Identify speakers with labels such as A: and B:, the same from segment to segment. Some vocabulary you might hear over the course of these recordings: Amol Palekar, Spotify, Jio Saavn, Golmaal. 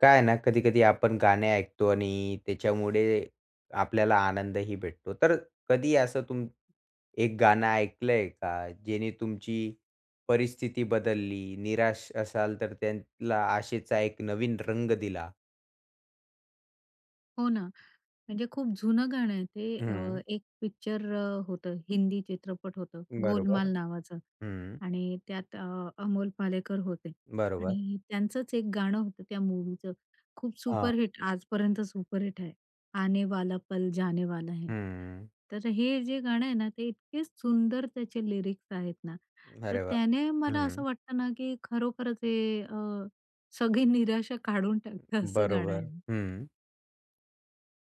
A: काय आहे ना, कधी-कधी आपण गाणे ऐकतो आणि त्याच्यामुळे आपल्याला आनंदही भेटतो. तर कधी असं एक गाणं ऐकलंय का, जेणे तुमची परिस्थिती बदलली, निराश असाल तर त्याला आशेचा एक नवीन रंग दिला?
B: हो ना, म्हणजे खूप जुनं गाणं आहे ते.
A: हं.
B: एक पिक्चर होतं, हिंदी चित्रपट होतं,
A: बरोबर.
B: गोलमाल नावाचं.
A: हं.
B: आणि त्यात अमोल पालेकर होते.
A: बरोबर.
B: आणि त्यांचंच एक गाणं होतं त्या मूव्हीचं. खूप
A: हां.
B: सुपरहिट, आजपर्यंत सुपरहिट आहे. आने वाला पल जाने वाला है.
A: हं.
B: तर हे जे गाणं आहे ना, ते इतके सुंदर त्याचे लिरिक्स आहेत ना, तर
A: अरे वाह!
B: त्याने मला असं
A: हं.
B: वाटतं ना, की खरोखरच हे सगळी निराशा काढून टाकतं असं गाणं
A: बरोबर.
B: आहे.
A: हं.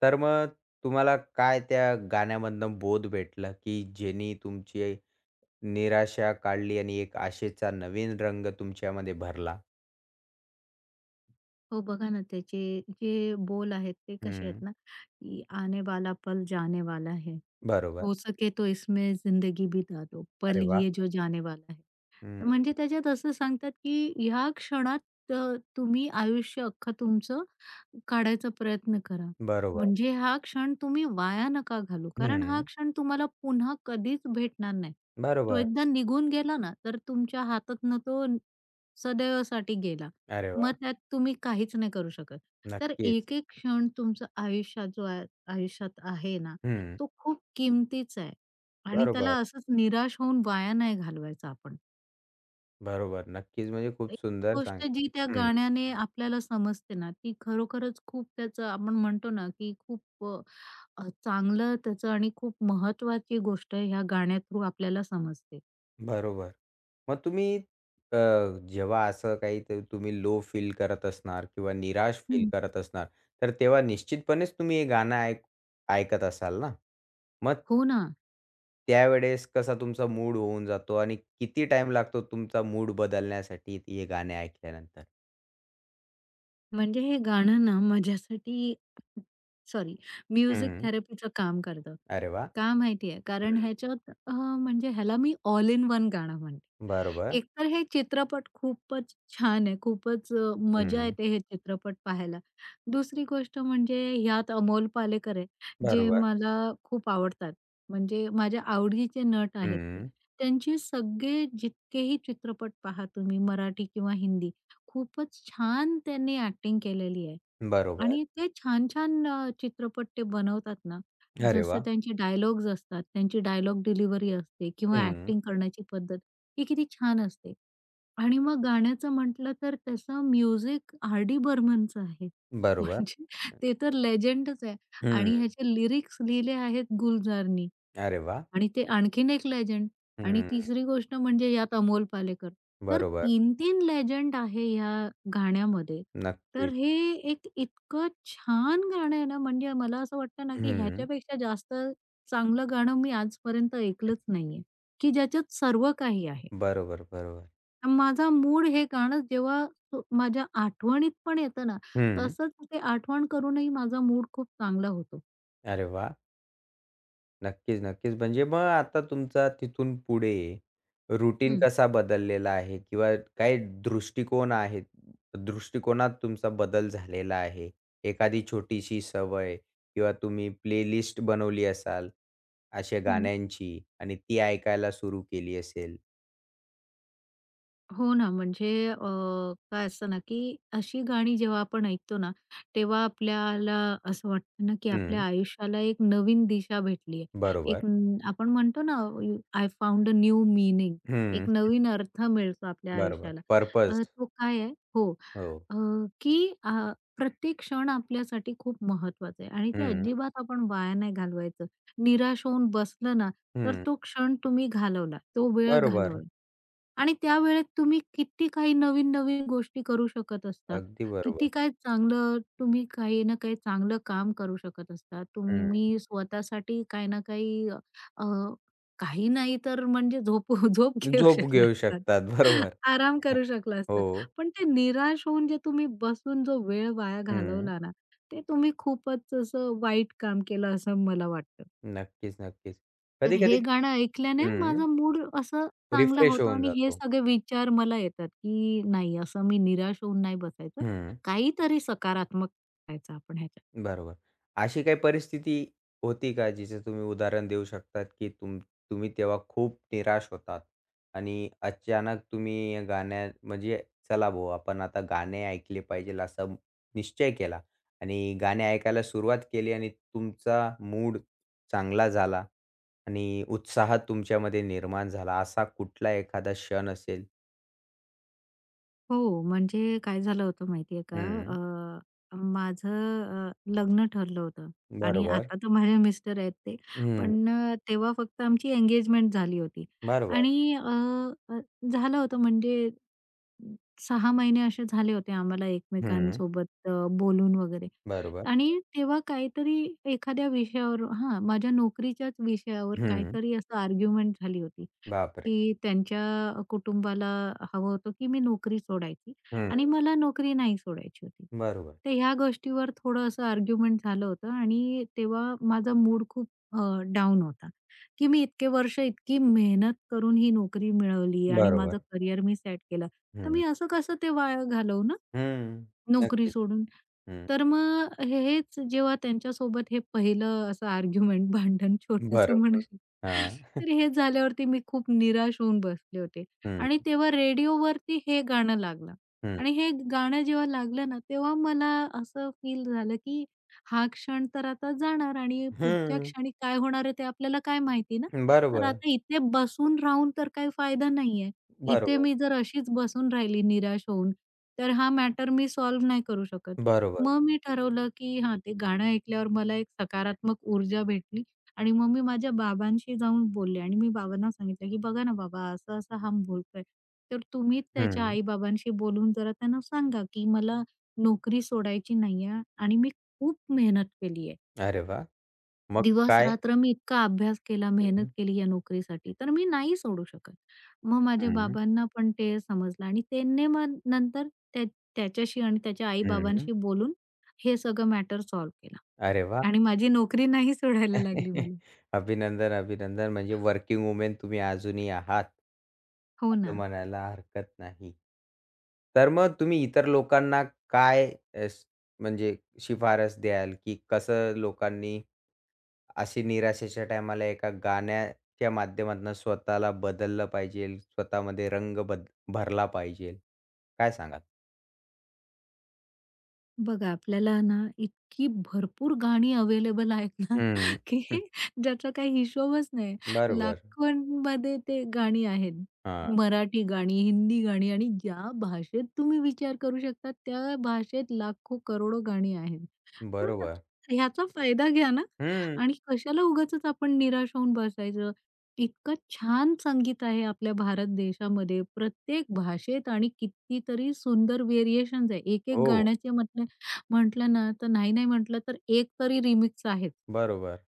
A: तर मग तुम्हाला काय त्या गाण्यामधनं बोध भेटला, की ज्यानी तुमची निराशा काढली आणि एक आशेचा नवीन रंग तुमच्यामध्ये भरला.
B: हो बघा ना त्याचे जे बोल आहेत ते कसे आहेत
A: हं.
B: ना की आने वाला पल जाने वाला है.
A: बरोबर.
B: हो सके तो इसमें जिंदगी बिता दो
A: अरे
B: पल
A: वाह!
B: ये जो जाने वाला है.
A: हं.
B: म्हणजे त्याच्यात असं सांगतात, की ह्या क्षणात तुम्ही आयुष्य अख्खं तुमचं काढायचा प्रयत्न करा.
A: बरोबर.
B: म्हणजे हा क्षण तुम्ही वाया नका घालवू. कारण हा
A: हं.
B: क्षण तुम्हाला पुन्हा कधीच भेटणार नाही. तो
A: बरोबर.
B: एकदा निघून गेला ना, तर तुमच्या हातातनं तो सदैवसाठी गेला.
A: अरे
B: मग
A: वाह!
B: त्यात तुम्ही काहीच नाही करू शकत. तर
A: नक्कीच.
B: एक-एक क्षण तुमचं आयुष्यात आहे ना,
A: हं.
B: तो खूप किमतीचा आहे. आणि त्याला
A: बरोबर,
B: असंच निराश होऊन वाया नाही घालवायचा आपण.
A: बरोबर. नक्कीच म्हणजे खूप
B: एक
A: सुंदर सांग
B: गोष्ट जी त्या
A: हं.
B: गाण्याने आपल्याला समजते ना, ती खरोखरच खूप त्याचं आपण म्हणतो ना, की खूप अ, अ, चांगलं त्याचं आणि खूप महत्वाची गोष्ट ह्या गाण्या थ्रू आपल्याला समजते.
A: बरोबर. मग तुम्ही अ, जेव्हा असं काही ते तुम्ही लो फील करत असणार किंवा निराश फील
B: हं.
A: करत असणार, तर तेव्हा निश्चितपणेच तुम्ही हे गाणं ऐकत असाल ना? मग
B: हो ना,
A: त्यावेळेस कसा तुमचा मूड होऊन जातो आणि किती टाईम लागतो तुमचा मूड बदलण्यासाठी हे गाणे ऐकल्यानंतर?
B: म्हणजे हे गाणं ना माझ्यासाठी सॉरी म्युझिक
A: हं.
B: थेरपीचं काम करतं.
A: अरे वाह!
B: का माहिती कारण
A: हं.
B: ह्याच्यात म्हणजे ह्याला मी ऑल इन वन गाणं म्हणते.
A: बरोबर.
B: एकतर हे चित्रपट खूपच छान आहे. खूपच मजा
A: हं.
B: येते हे चित्रपट पाहायला. दुसरी गोष्ट म्हणजे ह्यात अमोल पालेकर आहे, जे
A: बरोबर.
B: मला खूप आवडतात. म्हणजे माझ्या आवडीचे नट आहेत ते.
A: हं.
B: त्यांचे सगळे जितकेही चित्रपट पहा तुम्ही मराठी किंवा हिंदी, खूपच छान त्यांनी ॲक्टिंग केलेली आहे.
A: बरोबर.
B: आणि ते छान-छान चित्रपट ते बनवतात ना,
A: अरे
B: जसं
A: वाह!
B: त्यांचे डायलॉग्स असतात, त्यांची डायलॉग डिलिव्हरी असते किंवा
A: हं.
B: ॲक्टिंग करण्याची पद्धत ही किती छान असते. आणि मग गाण्याचं म्हटलं तर तसं म्युझिक आर. डी. बर्मनचं आहे.
A: बरोबर.
B: म्हणजे ते तर लेजेंडच आहे.
A: हं.
B: आणि ह्याचे लिरिक्स लिहिले आहेत गुलजारनी.
A: अरे वाह!
B: आणि ते आणखीन एक लेजेंड. आणि
A: हं.
B: तिसरी गोष्ट म्हणजे यात अमोल पालेकर. तर
A: बरोबर.
B: तीन-तीन लेजेंड आहे ह्या गाण्यामध्ये. तर
A: नक्कीच.
B: हे एक इतकं छान गाणं आहे ना, म्हणजे मला असं वाटतं ना, की
A: हं.
B: ह्याच्यापेक्षा जास्त चांगलं गाणं मी आजपर्यंत ऐकलंच नाहीये, की ज्याच्यात सर्व काही आहे.
A: बरोबर, बरोबर.
B: माझा मूड हे गाणं जेव्हा माझ्या आठवणीत पण येतं ना,
A: हं.
B: तसंच ते आठवण करूनही माझा मूड खूप चांगला होतो.
A: अरे वाह! नक्कीच, नक्कीच. म्हणजे मग आता तुमचा तिथून पुढे रुटीन कसा बदललेला आहे किंवा काय दृष्टिकोन आहे? दृष्टिकोनात तुमचा बदल झालेला आहे? एखादी छोटीशी सवय किंवा तुम्ही प्लेलिस्ट बनवली असाल अशा
B: हं.
A: गाण्यांची आणि ती ऐकायला सुरू केली असेल.
B: हो ना, म्हणजे काय असतं ना, की अशी गाणी जेव्हा आपण ऐकतो ना, तेव्हा आपल्याला असं वाटतं ना, की आपल्या
A: हं.
B: आयुष्याला एक नवीन दिशा भेटली आहे.
A: बरोबर.
B: एक आपण म्हणतो ना, I found a new meaning.
A: हं.
B: एक नवीन अर्थ मिळतो आपल्या
A: बरोबर.
B: आयुष्याला.
A: पर्पज.
B: तो काय आहे हो,
A: हो.
B: अ, की अ, प्रत्येक क्षण आपल्यासाठी खूप महत्वाचा आहे आणि ते
A: हं,
B: अजिबात आपण वाया नाही घालवायचं. निराश होऊन बसलं ना, तर
A: हं.
B: तो क्षण तुम्ही घालवला, तो वेळ
A: बरोबर.
B: घालवला. आणि त्यावेळेत तुम्ही किती काही नवीन-नवीन गोष्टी करू शकत असता.
A: अगदी बरोबर.
B: किती काय चांगलं तुम्ही काही ना काही चांगलं काम करू शकत असता.
A: हं.
B: तुम्ही स्वतःसाठी काही ना काही अ, काही नाही तर म्हणजे झोप घेऊ
A: झोप
B: शकला
A: घेऊ
B: असतात.
A: शकतात. बरोबर.
B: आराम करू शकला असता.
A: हो.
B: पण ते निराश होऊन जे तुम्ही बसून जो वेळ वाया
A: हं.
B: घालवला ना, ते तुम्ही खूपच असं वाईट काम केलं असं मला वाटतं.
A: नक्कीच, नक्कीच.
B: तर
A: कधी-कधी
B: हे गाणं ऐकल्याने
A: हं.
B: माझा मूड असा चांगला
A: रिफ्रेश
B: होतो
A: होऊन
B: आणि हे
A: जातो.
B: सगळे विचार मला येतात, की नाही असं मी निराश होऊन नाही बसायचं.
A: हं.
B: काहीतरी सकारात्मक करायचं आपण ह्याच्यात.
A: बरोबर. अशी काही परिस्थिती होती का, जिचं तुम्ही उदाहरण देऊ शकतात, की तुम्ही तेव्हा खूप निराश होतात आणि अचानक तुम्ही गाण्या म्हणजे चला भाऊ आपण आता गाणे ऐकले पाहिजेल असा निश्चय केला आणि गाणे ऐकायला सुरुवात केली आणि तुमचा मूड चांगला झाला आणि उत्साह तुमच्यामध्ये निर्माण झाला. असा कुठला एखादा क्षण असेल?
B: हो, म्हणजे काय झालं होतं माहिती आहे का?
A: हं.
B: माझं लग्न ठरलं होतं. आणि
A: बरोबर.
B: आता तर माझे मिस्टर आहेत ते.
A: हं.
B: पण तेव्हा फक्त आमची एंगेजमेंट झाली होती.
A: बरोबर.
B: आणि अ, अ, झालं होतं म्हणजे 6 महिने असे झाले होते आम्हाला
A: हं.
B: एकमेकांसोबत बोलून वगैरे.
A: बरोबर.
B: आणि तेव्हा काहीतरी एखाद्या विषयावर हां, माझ्या नोकरीच्याच विषयावर
A: हं.
B: काहीतरी असं आर्ग्युमेंट झाली होती,
A: बापरे!
B: की त्यांच्या कुटुंबाला हवं होतं, की मी नोकरी सोडायची आणि मला नोकरी नाही सोडायची होती.
A: बरोबर.
B: तर ह्या गोष्टीवर थोडं असं आर्ग्युमेंट झालं होतं आणि तेव्हा माझा मूड खूप अ, होता, की मी इतके वर्ष इतकी मेहनत करून ही नोकरी मिळवली आणि
A: बरोबर.
B: माझं करियर मी सेट केलं. तर
A: हं.
B: मी असं कसं ते वाया घालवू ना?
A: हं.
B: नोकरी
A: नक्कीच.
B: सोडून.
A: हं.
B: तर मग हेच जेव्हा त्यांच्यासोबत हे पहिलं असं आर्ग्युमेंट भांडण छोटंसं म्हणू
A: बरोबर.
B: शकतो.
A: हां.
B: तर हे झाल्यावरती मी खूप निराश होऊन बसले होते
A: हं,
B: आणि तेव्हा रेडिओवरती हे गाणं लागलं
A: हं.
B: आणि हे गाणं जेव्हा लागलं ना, तेव्हा मला असं फील झालं, की हा क्षण तर आता जाणार आणि पुढच्या
A: हं.
B: क्षणी काय होणार आहे ते आपल्याला काय माहिती ना. तर
A: बरोबर,
B: आता इथे बसून राहून तर काही फायदा नाहीये. इथे
A: बरोबर,
B: मी जर अशीच बसून राहिली निराश होऊन तर हा मॅटर मी सॉल्व्ह नाही करू शकत.
A: बरोबर.
B: मग मी ठरवलं, की हां, ते गाणं ऐकल्यावर मला एक सकारात्मक ऊर्जा भेटली. आणि मग मी माझ्या बाबांशी जाऊन बोलले आणि मी बाबांना सांगितलं, की "बघा ना बाबा, असं-असं हा बोलतोय. तर तुम्ही त्याच्या
A: हं.
B: आई-बाबांशी बोलून जरा त्यांना सांगा, की मला नोकरी सोडायची नाहीये आणि मी खूप मेहनत केली आहे."
A: अरे वाह! मग काय?
B: दिवस-रात्र मी इतका अभ्यास केला, मेहनत
A: हं,
B: केली या नोकरीसाठी, तर मी नाही सोडू शकत. मग माझ्या
A: हं,
B: बाबांना पण ते समजलं आणि त्यांनी मग नंतर त्या त्याच्याशी आणि त्याच्या
A: हं.
B: आई-बाबांशी बोलून हे सगळं मॅटर सॉल्व्ह केला.
A: अरे वाह!
B: आणि माझी नोकरी नाही सोडायला लागली मला.
A: अभिनंदन, अभिनंदन. म्हणजे वर्किंग वुमन तुम्ही अजूनही आहात,
B: हो
A: असं
B: ना.
A: म्हणायला हरकत नाही. तर मग तुम्ही इतर लोकांना काय अ, म्हणजे शिफारस द्याल, की कसं लोकांनी अशी निराशेच्या टायमाला एका गाण्याच्या माध्यमातून स्वतःला बदललं पाहिजे, स्वतःमध्ये रंग बद भरला पाहिजे. काय सांगाल?
B: बघा, आपल्याला ना इतकी भरपूर गाणी अवेलेबल आहेत ना,
A: हं.
B: की
A: हं.
B: ज्याचा काही हिशोबच नाही.
A: बरोबर.
B: लाखोंमध्ये ते गाणी आहेत.
A: हां,
B: मराठी गाणी, हिंदी गाणी आणि ज्या भाषेत तुम्ही विचार करू शकता, त्या भाषेत लाखो, करोडो गाणी आहेत. तर ना,
A: बरोबर.
B: ह्याचा फायदा घ्या ना
A: हं.
B: आणि कशाला उगाचच आपण निराश होऊन बसायचं. इतकं छान संगीत आहे आपल्या भारत देशामध्ये. प्रत्येक भाषेत आणि कितीतरी सुंदर व्हेरिएशन्स आहे. एक-एक
A: हो,
B: गाण्याचे म्हटलं ना, तर नाही-नाही म्हटलं तर एक तरी रिमिक्स आहेच.
A: बरोबर.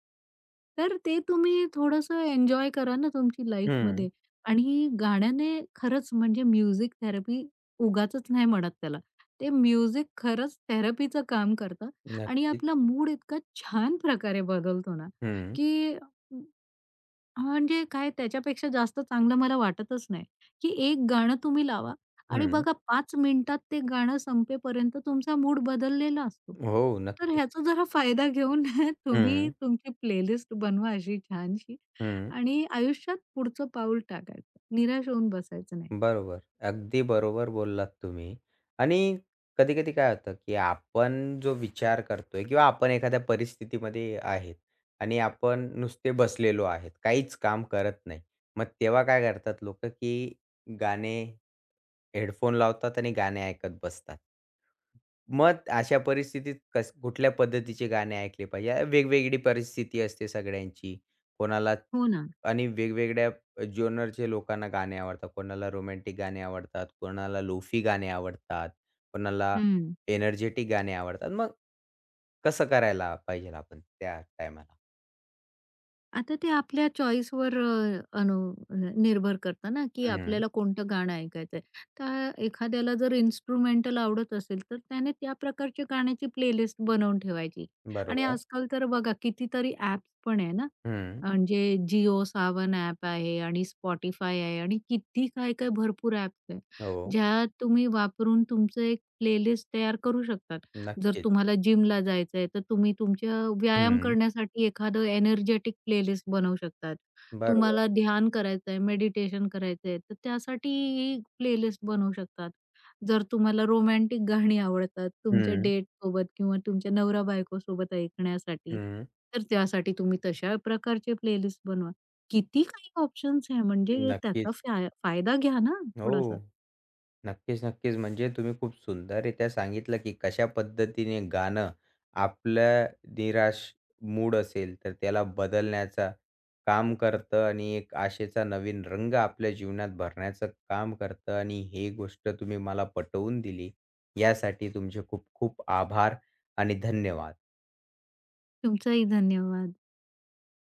B: तर ते तुम्ही थोडंसं एन्जॉय करा ना तुमची
A: हं.
B: लाईफमध्ये आणि गाण्याने खरंच म्हणजे म्युझिक थेरपी उगाचच नाही म्हणत त्याला. ते म्युझिक खरंच थेरपीचं काम करतं आणि
A: नक्कीच.
B: आपला मूड इतका छान प्रकारे बदलतो ना,
A: हं.
B: की म्हणजे काय त्याच्यापेक्षा जास्त चांगलं मला वाटतच नाही, की एक गाणं तुम्ही लावा
A: हं.
B: आणि
A: हं.
B: बघा 5 मिनिटात ते गाणं संपेपर्यंत तुमचा मूड बदललेला असतो.
A: हो,
B: तर
A: नक्कीच.
B: ह्याचा जरा फायदा घेऊन तुम्ही
A: हं.
B: तुमची प्लेलिस्ट बनवा अशी छानशी
A: हं.
B: आणि आयुष्यात पुढचं पाऊल टाकायचं. निराश होऊन बसायचं नाही.
A: बरोबर. अगदी बरोबर बोललात तुम्ही. आणि कधी-कधी काय होतं, की आपण जो विचार करतोय किंवा आपण एखाद्या परिस्थितीमध्ये आहेत आणि आपण नुसते बसलेलो आहेत. काहीच काम करत नाही. मग तेव्हा काय करतात लोकं, की गाणे हेडफोन लावतात आणि गाणे ऐकत बसतात. मग अशा परिस्थितीत कुठल्या पद्धतीचे गाणे ऐकले पाहिजे? वेगवेगळी परिस्थिती असते सगळ्यांची. कोणाला
B: हो ना.
A: आणि वेगवेगळ्या जॉनरचे लोकांना गाणे आवडतात. कोणाला रोमॅन्टिक गाणे आवडतात, कोणाला लोफी गाणे आवडतात, कोणाला
B: हं.
A: एनर्जेटिक गाणे आवडतात. मग कसं करायला पाहिजे आपण त्या टायमाला?
B: आता ते आपल्या चॉईसवर निर्भर करतं ना, की
A: हं.
B: आपल्याला कोणतं गाणं ऐकायचंय. तर एखाद्याला जर इन्स्ट्रुमेंटल आवडत असेल, तर त्याने त्या प्रकारच्या गाण्याची प्लेलिस्ट बनवून ठेवायची. आणि
A: बरोबर.
B: आजकाल तर बघा कितीतरी ॲप्स पण आहे ना,
A: हं.
B: म्हणजे जिओ सावन ॲप आहे आणि Spotify आहे आणि किती काय-काय भरपूर ॲप्स आहे,
A: हो.
B: ज्या तुम्ही वापरून तुमचं एक प्लेलिस्ट तयार करू शकतात. जर
A: नक्कीच.
B: तुम्हाला जिमला जायचं आहे, तर तुम्ही तुमच्या व्यायाम
A: हं.
B: करण्यासाठी एखादं एनर्जेटिक प्लेलिस्ट बनवू शकतात.
A: बरोबर.
B: तुम्हाला ध्यान करायचं आहे, मेडिटेशन करायचं आहे, तर त्यासाठी ही प्लेलिस्ट बनवू शकतात. जर तुम्हाला रोमॅन्टिक गाणी आवडतात, तुमच्या
A: हं.
B: डेटसोबत किंवा तुमच्या नवरा-बायकोसोबत ऐकण्यासाठी,
A: हं.
B: तर त्यासाठी तुम्ही तशा प्रकारचे प्लेलिस्ट बनवा. किती काही ऑप्शन्स आहे म्हणजे त्याचा
A: नक्कीच.
B: फायदा घ्या ना थोडासा.
A: हो. नक्कीच, नक्कीच. म्हणजे तुम्ही खूप सुंदररित्या सांगितलं, की कशा पद्धतीने गाणं आपल्या निराश मूड असेल, तर त्याला बदलण्याचा काम करतं आणि एक आशेचा नवीन रंग आपल्या जीवनात भरण्याचं काम करतं आणि हे गोष्ट तुम्ही मला पटवून दिली. यासाठी तुमचे खूप खूप आभार आणि धन्यवाद.
B: तुमचाही धन्यवाद.